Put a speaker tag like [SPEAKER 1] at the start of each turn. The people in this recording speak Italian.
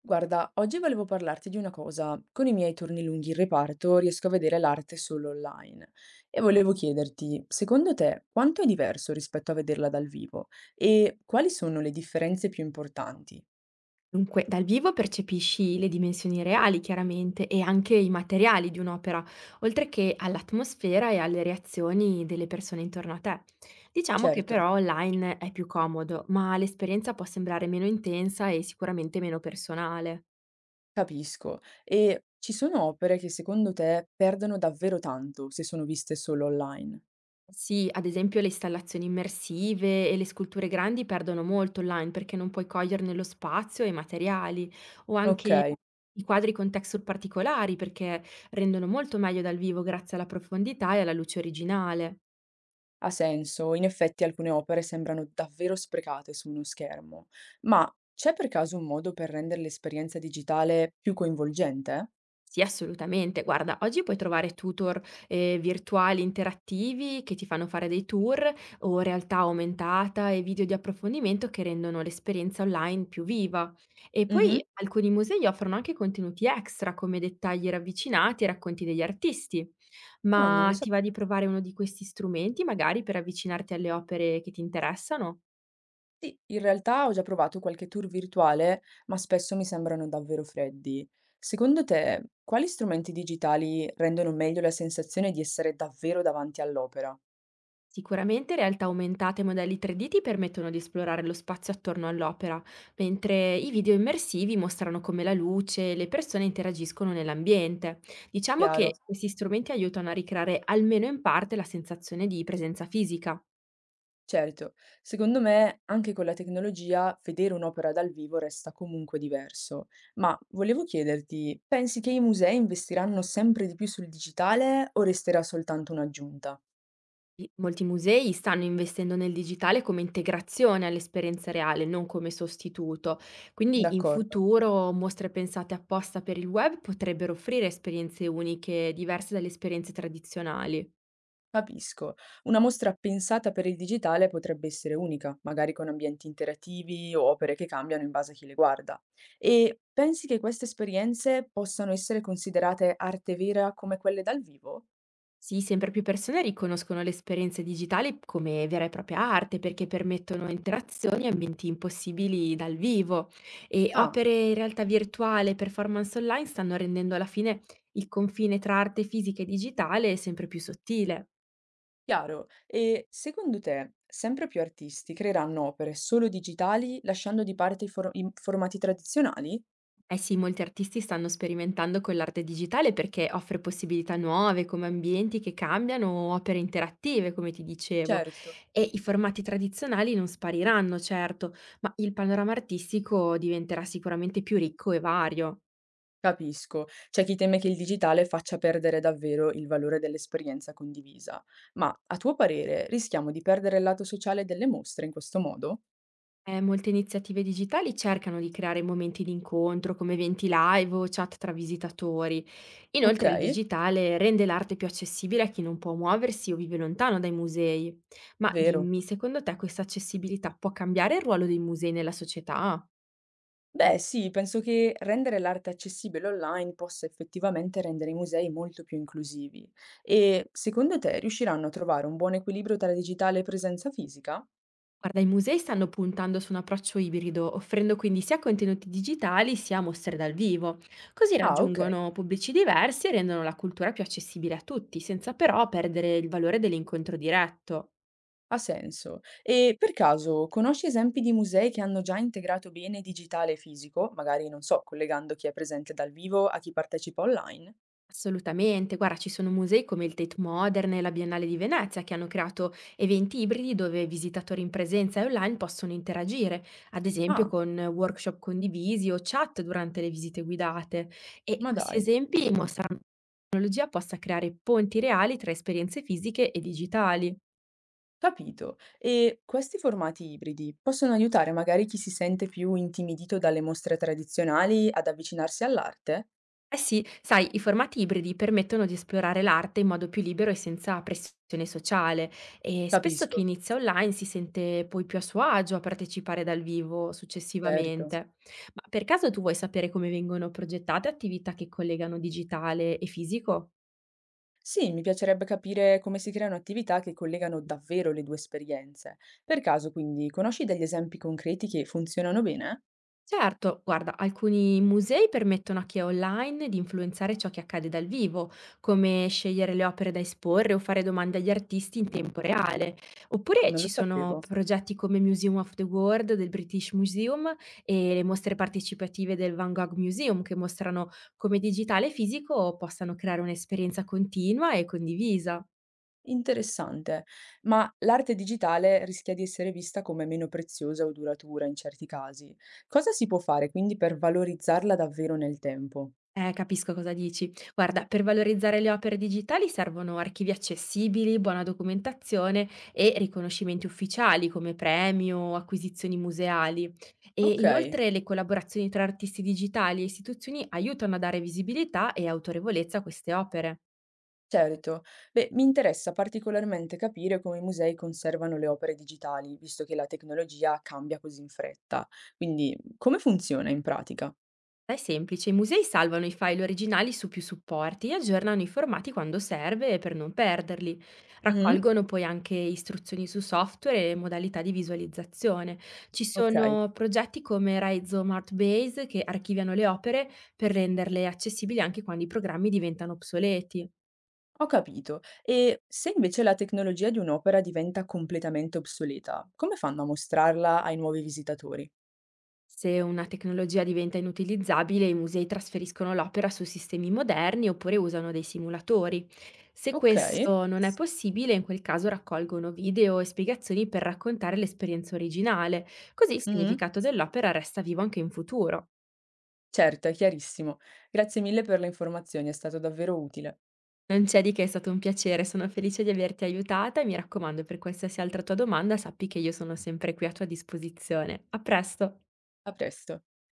[SPEAKER 1] Guarda, oggi volevo parlarti di una cosa. Con i miei turni lunghi in reparto riesco a vedere l'arte solo online. E volevo chiederti, secondo te, quanto è diverso rispetto a vederla dal vivo? E quali sono le differenze più importanti?
[SPEAKER 2] Dunque, dal vivo percepisci le dimensioni reali, chiaramente, e anche i materiali di un'opera, oltre che all'atmosfera e alle reazioni delle persone intorno a te. Diciamo che
[SPEAKER 1] Certo,
[SPEAKER 2] però online è più comodo, ma l'esperienza può sembrare meno intensa e sicuramente meno personale.
[SPEAKER 1] capisco. E ci sono opere che secondo te perdono davvero tanto se sono viste solo online?
[SPEAKER 2] Sì, ad esempio le installazioni immersive e le sculture grandi perdono molto online perché non puoi coglierne lo spazio e i materiali, o anche
[SPEAKER 1] Ok.
[SPEAKER 2] i quadri con texture particolari perché rendono molto meglio dal vivo grazie alla profondità e alla luce originale.
[SPEAKER 1] Ha senso, in effetti alcune opere sembrano davvero sprecate su uno schermo, ma c'è per caso un modo per rendere l'esperienza digitale più coinvolgente?
[SPEAKER 2] Sì, assolutamente. Guarda, oggi puoi trovare tutor, virtuali interattivi che ti fanno fare dei tour o realtà aumentata e video di approfondimento che rendono l'esperienza online più viva. E poi
[SPEAKER 1] Mhm.
[SPEAKER 2] alcuni musei offrono anche contenuti extra come dettagli ravvicinati e racconti degli artisti.
[SPEAKER 1] Ah, non lo
[SPEAKER 2] Ma
[SPEAKER 1] so.
[SPEAKER 2] ti va di provare uno di questi strumenti magari per avvicinarti alle opere che ti interessano?
[SPEAKER 1] Sì, in realtà ho già provato qualche tour virtuale, ma spesso mi sembrano davvero freddi. Secondo te, quali strumenti digitali rendono meglio la sensazione di essere davvero davanti all'opera?
[SPEAKER 2] Sicuramente realtà aumentate e modelli 3D ti permettono di esplorare lo spazio attorno all'opera, mentre i video immersivi mostrano come la luce e le persone interagiscono nell'ambiente. Diciamo che
[SPEAKER 1] Chiaro.
[SPEAKER 2] questi strumenti aiutano a ricreare almeno in parte la sensazione di presenza fisica.
[SPEAKER 1] Certo, secondo me anche con la tecnologia vedere un'opera dal vivo resta comunque diverso, ma volevo chiederti, pensi che i musei investiranno sempre di più sul digitale o resterà soltanto un'aggiunta?
[SPEAKER 2] Molti musei stanno investendo nel digitale come integrazione all'esperienza reale, non come sostituto. Quindi in
[SPEAKER 1] D'accordo,
[SPEAKER 2] futuro mostre pensate apposta per il web potrebbero offrire esperienze uniche, diverse dalle esperienze tradizionali.
[SPEAKER 1] capisco. Una mostra pensata per il digitale potrebbe essere unica, magari con ambienti interattivi o opere che cambiano in base a chi le guarda. E pensi che queste esperienze possano essere considerate arte vera come quelle dal vivo?
[SPEAKER 2] Sì, sempre più persone riconoscono le esperienze digitali come vera e propria arte perché permettono interazioni e ambienti impossibili dal vivo e
[SPEAKER 1] Ah.
[SPEAKER 2] opere in realtà virtuale e performance online stanno rendendo alla fine il confine tra arte fisica e digitale sempre più sottile.
[SPEAKER 1] Chiaro. E secondo te, sempre più artisti creeranno opere solo digitali lasciando di parte i formati tradizionali?
[SPEAKER 2] Eh sì, molti artisti stanno sperimentando con l'arte digitale perché offre possibilità nuove come ambienti che cambiano o opere interattive, come ti dicevo.
[SPEAKER 1] Certo,
[SPEAKER 2] E i formati tradizionali non spariranno, certo, ma il panorama artistico diventerà sicuramente più ricco e vario.
[SPEAKER 1] capisco. C'è chi teme che il digitale faccia perdere davvero il valore dell'esperienza condivisa. Ma a tuo parere, rischiamo di perdere il lato sociale delle mostre in questo modo?
[SPEAKER 2] Molte iniziative digitali cercano di creare momenti di incontro come eventi live o chat tra visitatori.
[SPEAKER 1] Ok,
[SPEAKER 2] Inoltre il digitale rende l'arte più accessibile a chi non può muoversi o vive lontano dai musei. Ma
[SPEAKER 1] vero.
[SPEAKER 2] dimmi, secondo te questa accessibilità può cambiare il ruolo dei musei nella società?
[SPEAKER 1] Beh, sì, penso che rendere l'arte accessibile online possa effettivamente rendere i musei molto più inclusivi. E secondo te riusciranno a trovare un buon equilibrio tra digitale e presenza fisica?
[SPEAKER 2] Guarda, i musei stanno puntando su un approccio ibrido, offrendo quindi sia contenuti digitali sia mostre dal vivo. Così
[SPEAKER 1] Ah, ok,
[SPEAKER 2] raggiungono pubblici diversi e rendono la cultura più accessibile a tutti, senza però perdere il valore dell'incontro diretto.
[SPEAKER 1] ha senso. E per caso conosci esempi di musei che hanno già integrato bene digitale e fisico, magari non so, collegando chi è presente dal vivo a chi partecipa online?
[SPEAKER 2] Assolutamente, guarda, ci sono musei come il Tate Modern e la Biennale di Venezia che hanno creato eventi ibridi dove visitatori in presenza e online possono interagire, ad esempio
[SPEAKER 1] Ah,
[SPEAKER 2] con workshop condivisi o chat durante le visite guidate. E
[SPEAKER 1] ma
[SPEAKER 2] questi
[SPEAKER 1] dai.
[SPEAKER 2] esempi mostrano come la tecnologia possa creare ponti reali tra esperienze fisiche e digitali.
[SPEAKER 1] Capito. E questi formati ibridi possono aiutare magari chi si sente più intimidito dalle mostre tradizionali ad avvicinarsi all'arte?
[SPEAKER 2] Eh sì, sai, i formati ibridi permettono di esplorare l'arte in modo più libero e senza pressione sociale e spesso chi
[SPEAKER 1] Capisco,
[SPEAKER 2] inizia online si sente poi più a suo agio a partecipare dal vivo
[SPEAKER 1] certo.
[SPEAKER 2] successivamente. Ma per caso tu vuoi sapere come vengono progettate attività che collegano digitale e fisico?
[SPEAKER 1] Sì, mi piacerebbe capire come si creano attività che collegano davvero le due esperienze. Per caso, quindi, conosci degli esempi concreti che funzionano bene?
[SPEAKER 2] Certo, guarda, alcuni musei permettono a chi è online di influenzare ciò che accade dal vivo, come scegliere le opere da esporre o fare domande agli artisti in tempo reale.
[SPEAKER 1] Ah,
[SPEAKER 2] Oppure
[SPEAKER 1] non lo
[SPEAKER 2] ci sono
[SPEAKER 1] sapevo.
[SPEAKER 2] progetti come Museum of the World del British Museum e le mostre partecipative del Van Gogh Museum che mostrano come digitale e fisico possano creare un'esperienza continua e condivisa.
[SPEAKER 1] Interessante. Ma l'arte digitale rischia di essere vista come meno preziosa o duratura in certi casi. Cosa si può fare quindi per valorizzarla davvero nel tempo?
[SPEAKER 2] Capisco cosa dici. Guarda, per valorizzare le opere digitali servono archivi accessibili, buona documentazione e riconoscimenti ufficiali come premi o acquisizioni museali. E
[SPEAKER 1] Okay,
[SPEAKER 2] inoltre le collaborazioni tra artisti digitali e istituzioni aiutano a dare visibilità e autorevolezza a queste opere.
[SPEAKER 1] certo. Beh, mi interessa particolarmente capire come i musei conservano le opere digitali, visto che la tecnologia cambia così in fretta. Quindi, come funziona in pratica?
[SPEAKER 2] È semplice, i musei salvano i file originali su più supporti e aggiornano i formati quando serve per non perderli.
[SPEAKER 1] Mh-mh.
[SPEAKER 2] Raccolgono poi anche istruzioni su software e modalità di visualizzazione. Ci
[SPEAKER 1] Okay,
[SPEAKER 2] sono progetti come Rhizome Art Base che archiviano le opere per renderle accessibili anche quando i programmi diventano obsoleti.
[SPEAKER 1] ho capito. E se invece la tecnologia di un'opera diventa completamente obsoleta, come fanno a mostrarla ai nuovi visitatori?
[SPEAKER 2] Se una tecnologia diventa inutilizzabile, i musei trasferiscono l'opera su sistemi moderni oppure usano dei simulatori. Se
[SPEAKER 1] Okay.
[SPEAKER 2] questo non è possibile, in quel caso raccolgono video e spiegazioni per raccontare l'esperienza originale, così il
[SPEAKER 1] Mh-mh.
[SPEAKER 2] significato dell'opera resta vivo anche in futuro.
[SPEAKER 1] Certo, è chiarissimo. Grazie mille per le informazioni, è stato davvero utile.
[SPEAKER 2] Non c'è di che, è stato un piacere, sono felice di averti aiutata e mi raccomando, per qualsiasi altra tua domanda sappi che io sono sempre qui a tua disposizione. A presto!
[SPEAKER 1] A presto.